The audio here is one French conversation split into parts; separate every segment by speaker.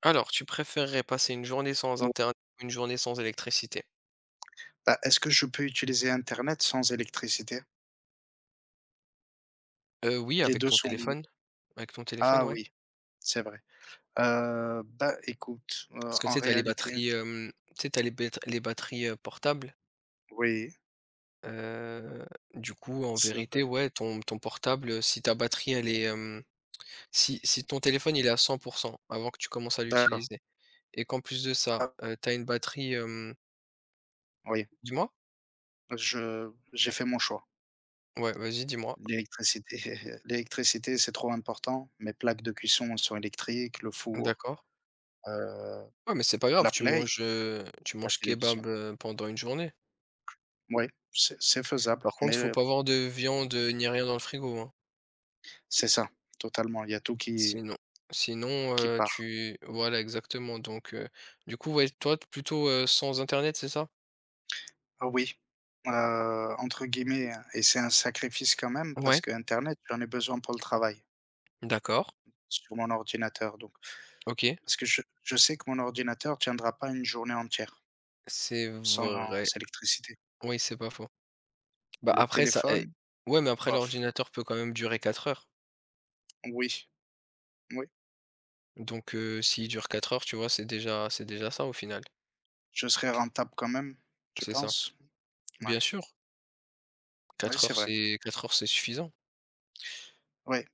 Speaker 1: Alors, tu préférerais passer une journée sans
Speaker 2: Mou.
Speaker 1: internet ou une journée sans électricité?
Speaker 2: Est-ce que je peux utiliser internet sans électricité?
Speaker 1: Oui,
Speaker 2: Les
Speaker 1: avec
Speaker 2: 2
Speaker 1: ton
Speaker 2: sont liés.
Speaker 1: téléphone. Avec ton téléphone,
Speaker 2: Ah
Speaker 1: ouais.
Speaker 2: oui, c'est vrai. Écoute,
Speaker 1: Parce que tu
Speaker 2: en
Speaker 1: sais, tu les
Speaker 2: réalité
Speaker 1: batteries, tu sais, tu les bét les batteries, portables.
Speaker 2: oui,
Speaker 1: Heu, du coup, en
Speaker 2: c'est
Speaker 1: vérité,
Speaker 2: vrai.
Speaker 1: ouais, ton portable, si ta batterie, elle est, si ton téléphone, il est à 100 avant que tu commences à
Speaker 2: D'accord.
Speaker 1: l'utiliser et qu'en plus de ça,
Speaker 2: Ah
Speaker 1: tu une batterie, hem
Speaker 2: oui,
Speaker 1: dis-moi?
Speaker 2: je j'ai fait mon choix.
Speaker 1: Ouais, vas-y, dis-moi.
Speaker 2: L'électricité l'électricité, c'est trop important. Mes plaques de cuisson sont électriques, le four,
Speaker 1: D'accord.
Speaker 2: heu,
Speaker 1: Ouais, mais c'est pas grave,
Speaker 2: la
Speaker 1: tu
Speaker 2: play,
Speaker 1: manges, heu, tu
Speaker 2: la
Speaker 1: manges
Speaker 2: télévision.
Speaker 1: kebab, pendant une journée.
Speaker 2: Oui, c'est faisable,
Speaker 1: Par
Speaker 2: mais
Speaker 1: contre, faut pas avoir de viande, ni rien dans le frigo, hein.
Speaker 2: c'est ça, totalement, il y a tout qui
Speaker 1: Sinon sinon,
Speaker 2: qui part.
Speaker 1: tu voilà exactement donc, du coup, ouais, toi, t'es plutôt, sans internet, c'est ça?
Speaker 2: Ah oui, entre guillemets, hein, et c'est un sacrifice quand même parce
Speaker 1: Ouais,
Speaker 2: que Internet, j'en ai besoin pour le travail,
Speaker 1: d'accord,
Speaker 2: sur mon ordinateur, donc
Speaker 1: OK.
Speaker 2: parce que je sais que mon ordinateur tiendra pas une journée entière
Speaker 1: C'est
Speaker 2: sans
Speaker 1: vrai.
Speaker 2: sans électricité.
Speaker 1: Oui, c'est pas faux. Bah,
Speaker 2: Le
Speaker 1: après ça et
Speaker 2: téléphone,
Speaker 1: ouais, mais après
Speaker 2: bof,
Speaker 1: l'ordinateur peut quand même durer 4 heures.
Speaker 2: oui, oui,
Speaker 1: Donc, s'il dure 4 heures, tu vois, c'est déjà ça au final.
Speaker 2: je serai rentable quand même, je
Speaker 1: C'est ça.
Speaker 2: pense.
Speaker 1: Bien
Speaker 2: Ouais,
Speaker 1: sûr,
Speaker 2: ouais,
Speaker 1: Quatre
Speaker 2: c'est
Speaker 1: heures,
Speaker 2: vrai.
Speaker 1: c'est 4 heures, c'est suffisant.
Speaker 2: Ouais,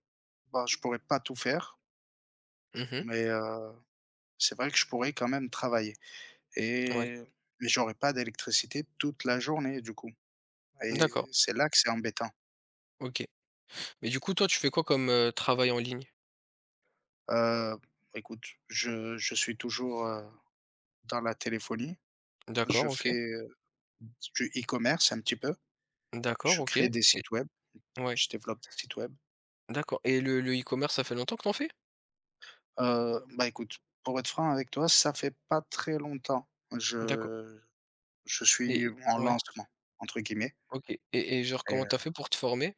Speaker 2: bah, je pourrais pas tout faire,
Speaker 1: Mmh.
Speaker 2: mais c'est vrai que je pourrais quand même travailler,
Speaker 1: Ouais.
Speaker 2: et mais j'aurais pas d'électricité toute la journée du coup
Speaker 1: D'accord,
Speaker 2: et c'est là que c'est embêtant.
Speaker 1: OK. Mais du coup, toi, tu fais quoi comme, travail en ligne?
Speaker 2: Heu, Écoute, je suis toujours, dans la téléphonie.
Speaker 1: D'accord,
Speaker 2: Je
Speaker 1: OK.
Speaker 2: fais, du e-commerce un petit peu.
Speaker 1: D'accord,
Speaker 2: Je
Speaker 1: OK
Speaker 2: crée
Speaker 1: et
Speaker 2: des sites web,
Speaker 1: ouais,
Speaker 2: je développe des sites web.
Speaker 1: d'accord et le e-commerce, ça fait longtemps que t'en fais?
Speaker 2: Écoute, pour être franc avec toi, ça fait pas très longtemps.
Speaker 1: D'accord
Speaker 2: Je je suis
Speaker 1: et
Speaker 2: en
Speaker 1: ouais,
Speaker 2: «lancement» entre guillemets,
Speaker 1: OK et genre,
Speaker 2: et
Speaker 1: comment t'as fait pour te former?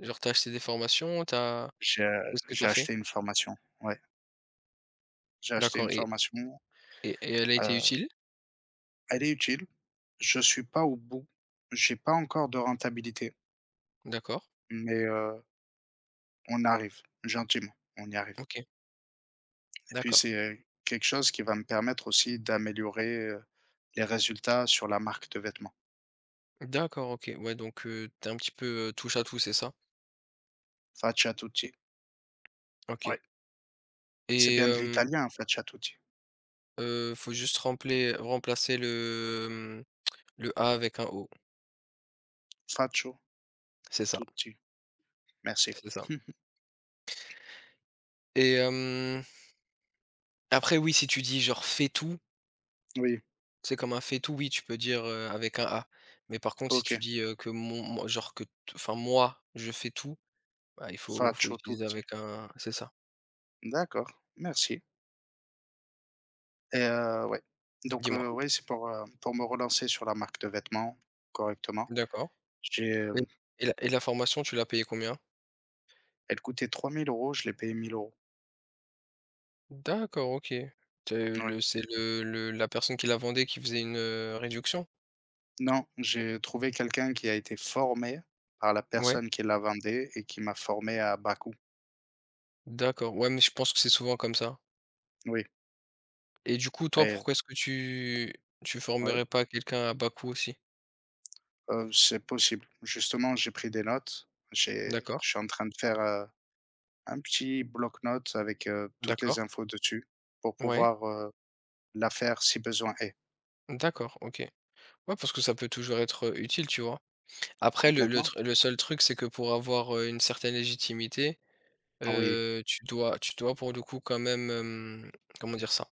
Speaker 1: Genre, t'as acheté des formations, t'as
Speaker 2: j'ai,
Speaker 1: qu'est-ce que
Speaker 2: j'ai
Speaker 1: t'as fait?
Speaker 2: acheté une formation. Ouais, j'ai acheté
Speaker 1: D'accord
Speaker 2: une
Speaker 1: et
Speaker 2: formation,
Speaker 1: et et elle a été
Speaker 2: heu,
Speaker 1: utile?
Speaker 2: elle est utile. Je suis pas au bout. J'ai pas encore de rentabilité,
Speaker 1: D'accord,
Speaker 2: mais on arrive gentiment, on y arrive.
Speaker 1: OK,
Speaker 2: Puis
Speaker 1: d'accord.
Speaker 2: c'est, quelque chose qui va me permettre aussi d'améliorer, les résultats sur la marque de vêtements.
Speaker 1: D'accord, OK, ouais, donc tu un petit peu, touche à tout, c'est ça?
Speaker 2: Faccia Tutti.
Speaker 1: OK
Speaker 2: Oui. C'est
Speaker 1: et
Speaker 2: bien de l'italien, Faccia Tutti.
Speaker 1: faut juste rempler remplacer le A avec un O.
Speaker 2: Faccio
Speaker 1: C'est ça,
Speaker 2: Tutti, merci.
Speaker 1: c'est ça et après oui, si tu dis, genre: «Fais tout».
Speaker 2: Oui,
Speaker 1: C'est comme un fait tout, oui, tu peux dire, avec un «A». Mais par contre, si tu
Speaker 2: OK.
Speaker 1: dis, que mon genre que t enfin moi, je fais tout, bah, il faut
Speaker 2: Faccio
Speaker 1: utiliser
Speaker 2: Tutti.
Speaker 1: avec un, c'est ça.
Speaker 2: D'accord, merci, et ouais. Donc
Speaker 1: Dis-moi.
Speaker 2: ouais, c'est pour me relancer sur la marque de vêtements correctement.
Speaker 1: D'accord.
Speaker 2: J'ai,
Speaker 1: Et
Speaker 2: hem,
Speaker 1: et la formation, tu l'as payée combien?
Speaker 2: Elle coûtait 3000 euros. Je l'ai payé 1000 euros.
Speaker 1: D'accord, OK. Tu
Speaker 2: Oui.
Speaker 1: le C'est le la personne qui la vendait qui faisait une, réduction?
Speaker 2: Non, j'ai trouvé quelqu'un qui a été formé par la
Speaker 1: Ouais,
Speaker 2: personne qui la vendé et qui m'a formé à bas coût.
Speaker 1: d'accord. Ouais, mais je pense que c'est souvent comme ça.
Speaker 2: Oui,
Speaker 1: Et du coup, toi,
Speaker 2: et
Speaker 1: pourquoi est-ce que tu
Speaker 2: oui,
Speaker 1: formerais pas quelqu'un à bas coût aussi?
Speaker 2: c'est possible. Justement, j'ai pris des notes. J'ai
Speaker 1: D'accord,
Speaker 2: Je suis en train de faire, un petit bloc-notes avec, toutes les
Speaker 1: d'accord.
Speaker 2: infos dessus pour
Speaker 1: Ouais,
Speaker 2: pouvoir, la faire si besoin est.
Speaker 1: d'accord, OK. Ouais, parce que ça peut toujours être, utile, tu vois? Après le le
Speaker 2: Complètement,
Speaker 1: tr le seul truc, c'est que pour avoir, une certaine légitimité,
Speaker 2: oui,
Speaker 1: tu dois pour le coup quand même, comment dire ça?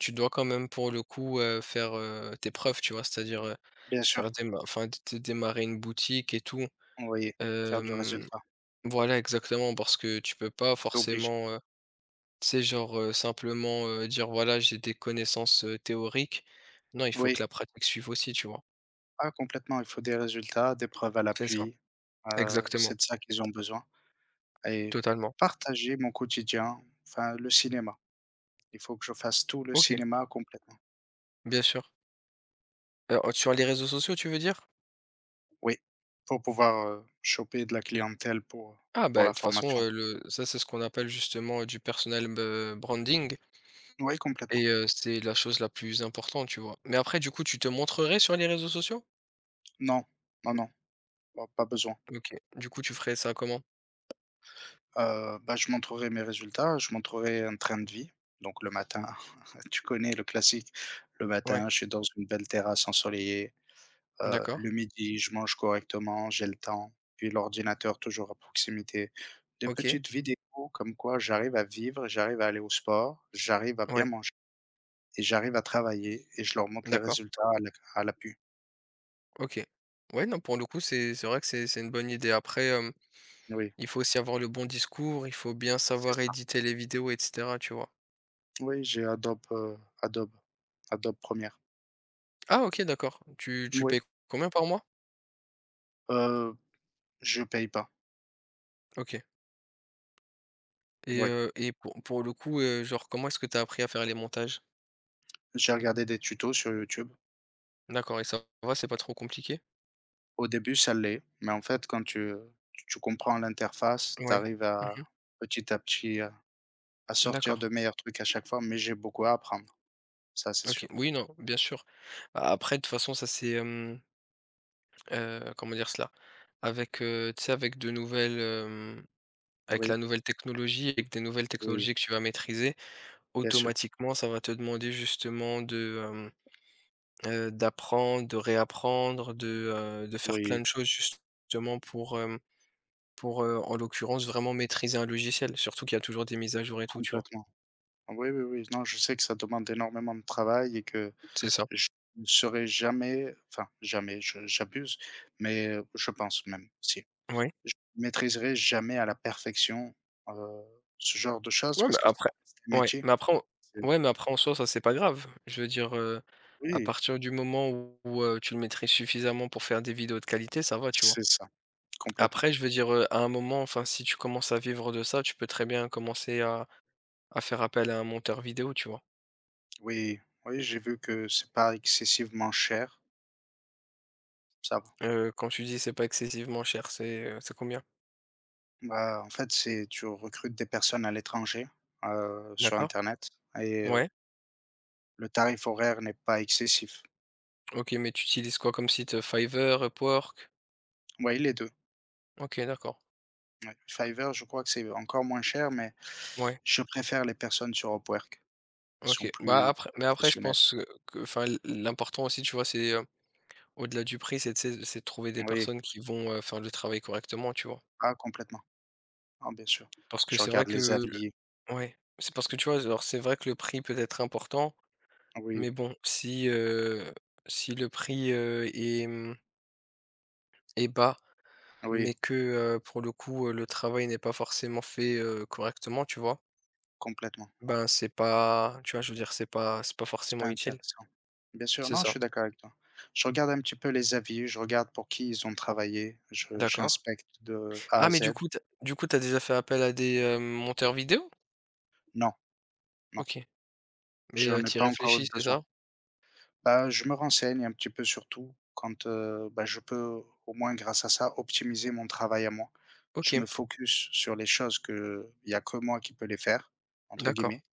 Speaker 1: Tu dois quand même pour le coup, faire, tes preuves, tu vois? C'est-à-dire,
Speaker 2: bien sûr,
Speaker 1: faire déma enfin d d démarrer une boutique et tout.
Speaker 2: oui, faire du
Speaker 1: Hem,
Speaker 2: résultat,
Speaker 1: voilà exactement, parce que tu peux pas
Speaker 2: c'est obligé.
Speaker 1: forcément, tu sais genre, simplement, dire: «Voilà, j'ai des connaissances, théoriques». Non, il faut que
Speaker 2: Oui,
Speaker 1: la pratique suive aussi, tu vois?
Speaker 2: ah complètement, il faut des résultats, des preuves à
Speaker 1: C'est ça,
Speaker 2: l'appui,
Speaker 1: exactement,
Speaker 2: c'est de ça qu'ils ont besoin. Et
Speaker 1: totalement.
Speaker 2: partager mon quotidien, enfin le cinéma. Il faut que je fasse tout le
Speaker 1: OK,
Speaker 2: cinéma complètement.
Speaker 1: bien sûr. Alors, sur les réseaux sociaux, tu veux dire?
Speaker 2: Oui, pour pouvoir, choper de la clientèle
Speaker 1: Ah bah,
Speaker 2: pour
Speaker 1: de
Speaker 2: la
Speaker 1: toute façon,
Speaker 2: formation.
Speaker 1: le ça, c'est ce qu'on appelle justement, du personal be branding
Speaker 2: Oui,
Speaker 1: et
Speaker 2: complètement.
Speaker 1: c'est la chose la plus importante, tu vois? Mais après, du coup, tu te montrerais sur les réseaux sociaux?
Speaker 2: Non, non, non, bah, pas besoin.
Speaker 1: OK. Du coup, tu ferais ça comment?
Speaker 2: Je montrerai mes résultats, je montrerai un train de vie. Donc le matin, tu connais le classique, le
Speaker 1: Ouais,
Speaker 2: matin, je suis dans une belle terrasse ensoleillée.
Speaker 1: d'accord.
Speaker 2: Le midi, je mange correctement, j'ai le temps, puis l'ordinateur toujours à proximité. Des
Speaker 1: OK.
Speaker 2: petites vidéos comme quoi j'arrive à vivre, j'arrive à aller au sport, j'arrive à bien
Speaker 1: Ouais,
Speaker 2: manger et j'arrive à travailler et je leur montre les
Speaker 1: d'accord.
Speaker 2: résultats à l'ac à l'appui.
Speaker 1: OK. Ouais, non, pour le coup, c'est vrai que c'est une bonne idée. Après,
Speaker 2: Oui,
Speaker 1: il faut aussi avoir le bon discours, il faut bien
Speaker 2: c'est
Speaker 1: savoir
Speaker 2: ça.
Speaker 1: éditer les vidéos et cetera, tu vois?
Speaker 2: Oui, j'ai Adobe Premiere.
Speaker 1: Ah OK, d'accord. Tu
Speaker 2: Oui,
Speaker 1: payes combien par mois?
Speaker 2: heu, je paye pas.
Speaker 1: OK.
Speaker 2: Oui,
Speaker 1: Et pour le coup, genre, comment est-ce que tu as appris à faire les montages?
Speaker 2: j'ai regardé des tutos sur YouTube.
Speaker 1: D'accord et ça va, c'est pas trop compliqué?
Speaker 2: Au début, ça l'est, mais en fait, tu comprends l'interface, tu
Speaker 1: Ouais.
Speaker 2: arrives
Speaker 1: Mmh.
Speaker 2: à petit à petit à sortir
Speaker 1: D'accord.
Speaker 2: de meilleurs trucs à chaque fois, mais j'ai beaucoup à apprendre, ça c'est
Speaker 1: OK.
Speaker 2: sûr.
Speaker 1: Oui, non, bien sûr. A Après, de toute façon, ça c'est, comment dire cela? Avec, tu sais, avec de nouvelles, avec la
Speaker 2: Oui,
Speaker 1: nouvelle technologie, avec des nouvelles
Speaker 2: oui,
Speaker 1: technologies que tu vas maîtriser,
Speaker 2: bien sûr,
Speaker 1: automatiquement, ça va te demander justement de, d'apprendre, de réapprendre, de faire plein
Speaker 2: oui,
Speaker 1: de choses justement pour, hem pour, en l'occurrence, vraiment maîtriser un logiciel, surtout qu'il y a toujours des mises à jour et tout, tu vois?
Speaker 2: complètement. Oui, oui, oui, non, je sais que ça demande énormément de travail et que
Speaker 1: C'est ça.
Speaker 2: je ne serai jamais, enfin jamais, j'abuse, mais je pense même, si,
Speaker 1: Ouais.
Speaker 2: je ne maîtriserai jamais à la perfection euh, ce genre de choses
Speaker 1: Ouais,
Speaker 2: parce
Speaker 1: mais
Speaker 2: que ça
Speaker 1: après
Speaker 2: reste un
Speaker 1: ouais,
Speaker 2: métier.
Speaker 1: mais après en
Speaker 2: C'est-
Speaker 1: ouais, mais après en soi, ça, c'est pas grave. Je veux dire, à
Speaker 2: Oui,
Speaker 1: partir du moment où, tu le maîtrises suffisamment pour faire des vidéos de qualité, ça va, tu vois?
Speaker 2: c'est ça, complètement.
Speaker 1: Après, je veux dire, à un moment, enfin, si tu commences à vivre de ça, tu peux très bien commencer à faire appel à un monteur vidéo, tu vois?
Speaker 2: Oui, oui, j'ai vu que c'est pas excessivement cher, ça.
Speaker 1: Quand tu dis: «C'est pas excessivement cher», c'est combien?
Speaker 2: Bah, en fait, c'est tu recrutes des personnes à l'étranger, sur
Speaker 1: D'accord.
Speaker 2: internet, et
Speaker 1: Ouais.
Speaker 2: le tarif horaire n'est pas excessif.
Speaker 1: OK, mais tu utilises quoi comme site? Fiverr, Upwork?
Speaker 2: Oui, les 2.
Speaker 1: OK, d'accord.
Speaker 2: Ouais. Fiverr, je crois que c'est encore moins cher, mais
Speaker 1: Ouais,
Speaker 2: je préfère les personnes sur Upwork. Elles sont
Speaker 1: OK. Bah,
Speaker 2: plus
Speaker 1: après mais après je
Speaker 2: professionnelles.
Speaker 1: pense, que enfin l'important aussi, tu vois, au-delà du prix, c'est, tu sais, c'est de trouver des
Speaker 2: Oui.
Speaker 1: personnes qui vont, faire le travail correctement, tu vois?
Speaker 2: Ah complètement. Ah bien sûr.
Speaker 1: Parce que
Speaker 2: Je
Speaker 1: c'est vrai
Speaker 2: regarde
Speaker 1: que
Speaker 2: les
Speaker 1: le
Speaker 2: avis.
Speaker 1: Ouais, c'est parce que, tu vois, alors, c'est vrai que le prix peut être important,
Speaker 2: Oui,
Speaker 1: mais bon, si le prix, est bas, mais
Speaker 2: oui,
Speaker 1: que, pour le coup, le travail n'est pas forcément fait, correctement, tu vois?
Speaker 2: complètement, ouais.
Speaker 1: Ben, c'est pas, tu vois, je veux dire, c'est pas
Speaker 2: C'est
Speaker 1: forcément
Speaker 2: pas
Speaker 1: utile.
Speaker 2: intéressant. Bien sûr,
Speaker 1: C'est
Speaker 2: non, je
Speaker 1: ça.
Speaker 2: suis d'accord avec toi. Je regarde un petit peu les avis, je regarde pour qui ils ont travaillé, je
Speaker 1: D'accord.
Speaker 2: j'inspecte de A
Speaker 1: Ah
Speaker 2: à
Speaker 1: mais
Speaker 2: Z.
Speaker 1: du coup t'as déjà fait appel à des, monteurs vidéo?
Speaker 2: Non, non.
Speaker 1: OK, mais,
Speaker 2: J'en ai
Speaker 1: tu
Speaker 2: pas encore eu
Speaker 1: réfléchis,
Speaker 2: le
Speaker 1: c'est
Speaker 2: besoin.
Speaker 1: ça?
Speaker 2: Bah, je me renseigne un petit peu sur tout quand, bah, je peux au moins grâce à ça optimiser mon travail à moi. Je
Speaker 1: OK,
Speaker 2: me focus sur les choses que il y a que moi qui peut les faire, entre
Speaker 1: d'accord,
Speaker 2: guillemets,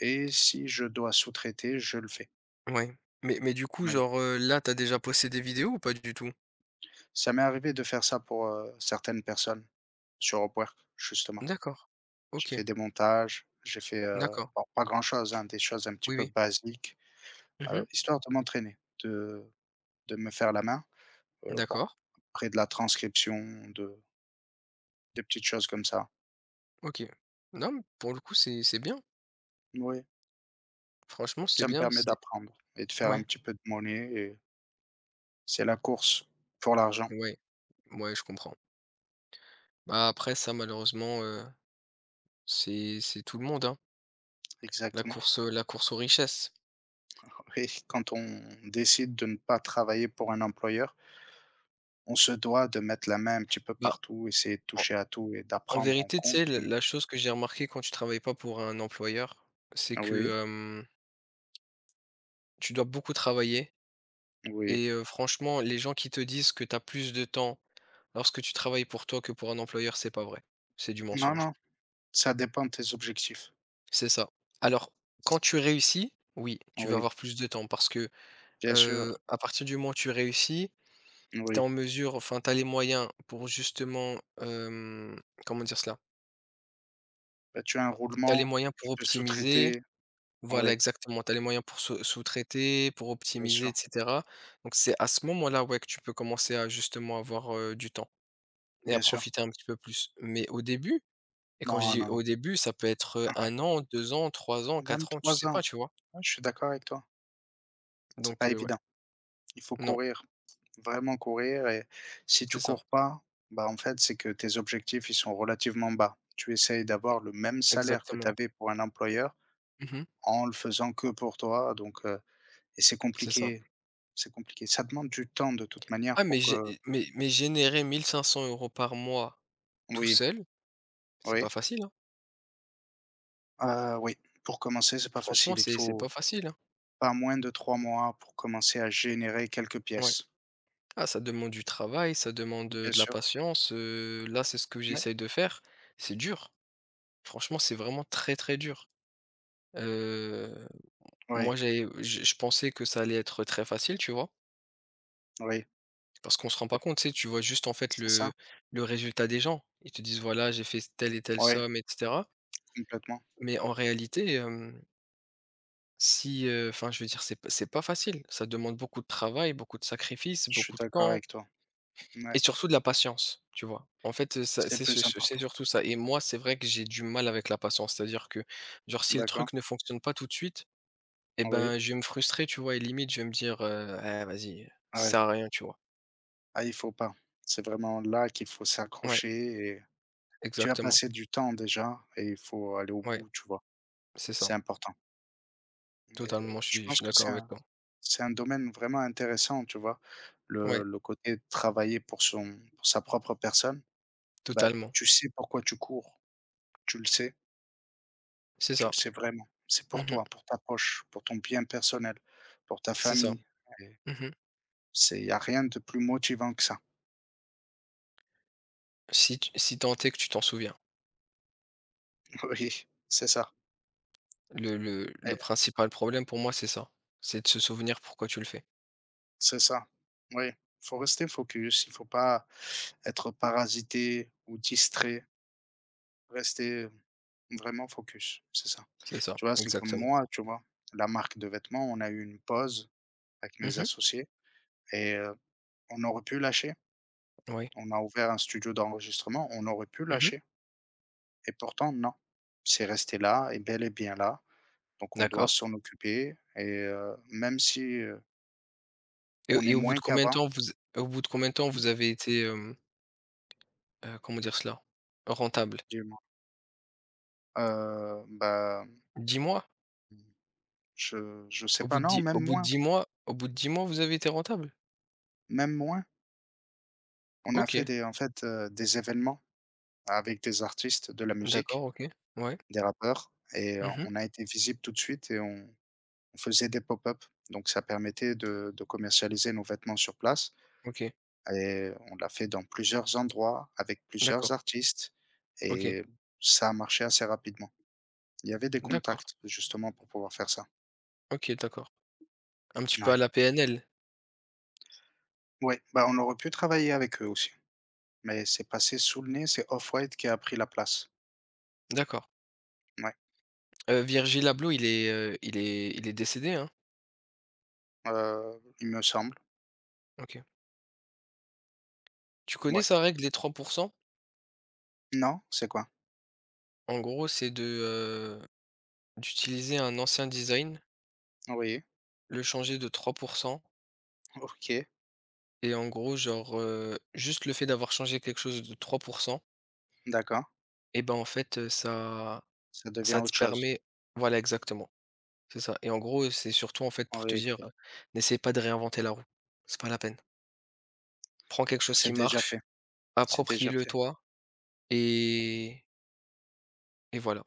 Speaker 2: et si je dois sous-traiter, je le fais.
Speaker 1: ouais, mais du coup,
Speaker 2: Oui.
Speaker 1: genre, là, t'as déjà posté des vidéos ou pas du tout?
Speaker 2: Ça m'est arrivé de faire ça pour, certaines personnes sur Upwork justement.
Speaker 1: D'accord,
Speaker 2: J'ai
Speaker 1: OK,
Speaker 2: fait des montages, j'ai fait,
Speaker 1: d'accord,
Speaker 2: bon pas grand chose, hein, des choses un petit
Speaker 1: oui,
Speaker 2: peu
Speaker 1: oui.
Speaker 2: basiques,
Speaker 1: Mmh.
Speaker 2: histoire de m'entraîner, de de me faire la main, heu.
Speaker 1: D'accord,
Speaker 2: Après de la transcription, de des petites choses comme ça.
Speaker 1: OK. Non, mais pour le coup, c'est bien,
Speaker 2: Oui,
Speaker 1: franchement, c'est
Speaker 2: ça me
Speaker 1: bien,
Speaker 2: permet
Speaker 1: c'est
Speaker 2: d'apprendre et de faire un
Speaker 1: ouais,
Speaker 2: petit peu de monnaie, et c'est la course pour l'argent,
Speaker 1: ouais, ouais, je comprends. Bah, après ça, malheureusement, c'est tout le monde, hein,
Speaker 2: exactement.
Speaker 1: la course aux richesses.
Speaker 2: Oui, quand on décide de ne pas travailler pour un employeur, on se doit de mettre la main un petit peu
Speaker 1: Bah,
Speaker 2: partout, essayer de toucher à tout et
Speaker 1: en
Speaker 2: d'apprendre en
Speaker 1: vérité, tu sais, la
Speaker 2: continu.
Speaker 1: la chose que j'ai remarqué quand tu travailles pas pour un employeur, c'est
Speaker 2: Oui,
Speaker 1: que, tu dois beaucoup travailler
Speaker 2: oui.
Speaker 1: et franchement, les gens qui te disent que tu as plus de temps lorsque tu travailles pour toi que pour un employeur, c'est pas vrai. C'est du
Speaker 2: Non,
Speaker 1: mensonge.
Speaker 2: non, ça dépend de tes objectifs.
Speaker 1: C'est ça. Alors, quand tu réussis, oui, tu vas
Speaker 2: Oui,
Speaker 1: avoir plus de temps parce que,
Speaker 2: bien sûr,
Speaker 1: à partir du moment où tu réussis, tu es
Speaker 2: oui.
Speaker 1: en mesure enfin, tu as les moyens pour justement, comment dire cela?
Speaker 2: Bah, tu as un
Speaker 1: Tu as les
Speaker 2: roulement,
Speaker 1: moyens pour
Speaker 2: tu peux
Speaker 1: optimiser.
Speaker 2: sous-traiter.
Speaker 1: Voilà,
Speaker 2: Oui,
Speaker 1: exactement. Tu as les moyens pour sous-traiter, pour
Speaker 2: bien
Speaker 1: optimiser et
Speaker 2: sûr,
Speaker 1: cetera. Donc c'est à ce moment-là, ouais, que tu peux commencer à justement avoir, du temps et à
Speaker 2: bien sûr.
Speaker 1: profiter un petit peu plus. Mais au début et quand je
Speaker 2: Non,
Speaker 1: dis
Speaker 2: non, non.
Speaker 1: au début, ça peut être, 1 an, 2 ans, 3 ans,
Speaker 2: Même
Speaker 1: 4 ans, tu sais
Speaker 2: 3
Speaker 1: pas,
Speaker 2: ans.
Speaker 1: tu vois?
Speaker 2: Ouais, je suis d'accord avec toi. C'est
Speaker 1: Donc
Speaker 2: pas
Speaker 1: ouais,
Speaker 2: évident. Il faut
Speaker 1: non,
Speaker 2: courir, vraiment courir, et si tu
Speaker 1: c'est ça,
Speaker 2: cours pas, bah, en fait, c'est que tes objectifs, ils sont relativement bas. Tu essayes d'avoir le même salaire que tu
Speaker 1: exactement.
Speaker 2: avais pour un employeur
Speaker 1: Mmh.
Speaker 2: en le faisant que pour toi, donc et c'est
Speaker 1: C'est ça.
Speaker 2: compliqué, c'est compliqué. Ça demande du temps de toute manière
Speaker 1: Ah mais
Speaker 2: pour
Speaker 1: gé
Speaker 2: que
Speaker 1: mais générer 1 500 € par mois tout
Speaker 2: oui,
Speaker 1: seul, c'est
Speaker 2: oui,
Speaker 1: pas facile, hein.
Speaker 2: oui, pour commencer, c'est pas
Speaker 1: Franchement,
Speaker 2: facile. Il te
Speaker 1: c'est
Speaker 2: faut
Speaker 1: pas facile, hein.
Speaker 2: pas moins de 3 mois pour commencer à générer quelques
Speaker 1: Ouais.
Speaker 2: pièces.
Speaker 1: Ah, ça demande du travail, ça demande,
Speaker 2: Bien
Speaker 1: de la
Speaker 2: sûr.
Speaker 1: patience, là, c'est ce que
Speaker 2: Oui.
Speaker 1: j'essaye de faire. C'est dur, franchement, c'est vraiment très, très dur. Heu,
Speaker 2: Oui,
Speaker 1: Moi, j'ai je pensais que ça allait être très facile, tu vois?
Speaker 2: oui,
Speaker 1: Parce qu'on se rend pas compte, tu sais, tu vois juste, en fait,
Speaker 2: c'est
Speaker 1: le
Speaker 2: ça.
Speaker 1: le résultat des gens. Ils te disent: «Voilà, j'ai fait telle et telle
Speaker 2: Oui.
Speaker 1: somme et cetera».
Speaker 2: Complètement,
Speaker 1: Mais en réalité, si, enfin, je veux dire, c'est pas facile. Ça demande beaucoup de travail, beaucoup de sacrifices,
Speaker 2: je suis
Speaker 1: beaucoup de
Speaker 2: d'accord
Speaker 1: temps.
Speaker 2: avec toi. Ouais,
Speaker 1: Et surtout de la patience, tu vois? En fait, ça
Speaker 2: c'est le
Speaker 1: c'est c'est
Speaker 2: plus
Speaker 1: c'est
Speaker 2: important.
Speaker 1: surtout ça et moi, c'est vrai que j'ai du mal avec la patience. C'est-à-dire que, genre, si le
Speaker 2: D'accord,
Speaker 1: truc ne fonctionne pas tout de suite et
Speaker 2: oui,
Speaker 1: ben, je vais me frustrer, tu vois? Et limite, je vais me dire: «Eh vas-y, ça
Speaker 2: ouais.
Speaker 1: sert à rien», tu vois?
Speaker 2: Ah, il faut pas. C'est vraiment là qu'il faut
Speaker 1: Ouais,
Speaker 2: s'accrocher et tu as
Speaker 1: exactement.
Speaker 2: passé du temps déjà et il faut aller au
Speaker 1: Ouais,
Speaker 2: bout, tu vois?
Speaker 1: c'est ça.
Speaker 2: C'est important. Mais
Speaker 1: Totalement, je
Speaker 2: je
Speaker 1: suis je
Speaker 2: pense
Speaker 1: suis
Speaker 2: que
Speaker 1: d'accord avec toi.
Speaker 2: c'est un domaine vraiment intéressant, tu vois?
Speaker 1: Ouais,
Speaker 2: Le côté de travailler pour son pour sa propre personne, bah,
Speaker 1: totalement.
Speaker 2: tu sais pourquoi tu cours, tu le sais,
Speaker 1: C'est
Speaker 2: tu le
Speaker 1: ça.
Speaker 2: sais vraiment. C'est pour
Speaker 1: Mmh.
Speaker 2: toi, pour ta poche, pour ton bien personnel, pour ta
Speaker 1: C'est ça.
Speaker 2: famille.
Speaker 1: Mmh.
Speaker 2: C'est il y a rien de plus motivant que ça.
Speaker 1: Si tant est que tu t'en souviens.
Speaker 2: Oui, c'est ça
Speaker 1: Le
Speaker 2: et
Speaker 1: principal problème pour moi, c'est ça. C'est de se souvenir pourquoi tu le fais.
Speaker 2: c'est ça. Oui, il faut rester focus, il ne faut pas être parasité ou distrait, rester vraiment focus, c'est ça.
Speaker 1: C'est ça,
Speaker 2: Tu vois, c'est comme
Speaker 1: exactement.
Speaker 2: moi, tu vois? La marque de vêtements, on a eu une pause avec mes
Speaker 1: Mmh.
Speaker 2: associés et on aurait pu lâcher.
Speaker 1: Oui.
Speaker 2: On a ouvert un studio d'enregistrement, on aurait pu
Speaker 1: Mmh.
Speaker 2: lâcher et pourtant non. C'est resté là et bel et bien là, donc on doit
Speaker 1: D'accord
Speaker 2: s'en occuper et même si, euh, on
Speaker 1: et
Speaker 2: est
Speaker 1: et
Speaker 2: moins qu'avant.
Speaker 1: au bout de combien de temps
Speaker 2: Mmh,
Speaker 1: vous avez été, comment dire cela? Rentable?
Speaker 2: dis-moi? Heu, bah,
Speaker 1: 10 mois?
Speaker 2: mmh, je sais pas, non, même moins,
Speaker 1: Au bout de 10 mois, vous avez été rentable?
Speaker 2: même moins. On a fait
Speaker 1: OK,
Speaker 2: des En fait, des événements avec des artistes de la musique,
Speaker 1: d'accord, OK, ouais.
Speaker 2: des rappeurs, et
Speaker 1: Mmh.
Speaker 2: on a été visible tout de suite et on faisait des pop-up. Donc ça permettait de commercialiser nos vêtements sur place,
Speaker 1: OK,
Speaker 2: et on l'a fait dans plusieurs endroits avec plusieurs
Speaker 1: d'accord,
Speaker 2: artistes,
Speaker 1: OK,
Speaker 2: et ça a marché assez rapidement. Il y avait des
Speaker 1: d'accord,
Speaker 2: contacts justement pour pouvoir faire ça.
Speaker 1: OK, d'accord. Un petit peu à
Speaker 2: Ouais.
Speaker 1: la PNL?
Speaker 2: Ouais, bah, on aurait pu travailler avec eux aussi, mais c'est passé sous le nez, c'est Off-White qui a pris la place.
Speaker 1: D'accord.
Speaker 2: Ouais,
Speaker 1: Virgil Abloh, il est décédé, hein?
Speaker 2: il me semble,
Speaker 1: OK. Tu connais
Speaker 2: ouais.
Speaker 1: sa règle des 3%.
Speaker 2: Non? C'est quoi?
Speaker 1: En gros, c'est d'utiliser un ancien design,
Speaker 2: Oui,
Speaker 1: le changer de 3%.
Speaker 2: OK,
Speaker 1: Et en gros, genre, juste le fait d'avoir changé quelque chose de 3%,
Speaker 2: d'accord,
Speaker 1: et ben, en fait, ça
Speaker 2: ça devient
Speaker 1: ça te
Speaker 2: autre chose.
Speaker 1: permet, voilà, exactement, c'est ça et en gros, c'est surtout, en fait, pour te
Speaker 2: Oui,
Speaker 1: dire: «N'essaie pas de réinventer la roue, c'est pas la peine. Prends quelque chose qui
Speaker 2: c'est déjà fait,
Speaker 1: marche,
Speaker 2: c'est déjà
Speaker 1: approprie-le
Speaker 2: fait.
Speaker 1: toi et et voilà».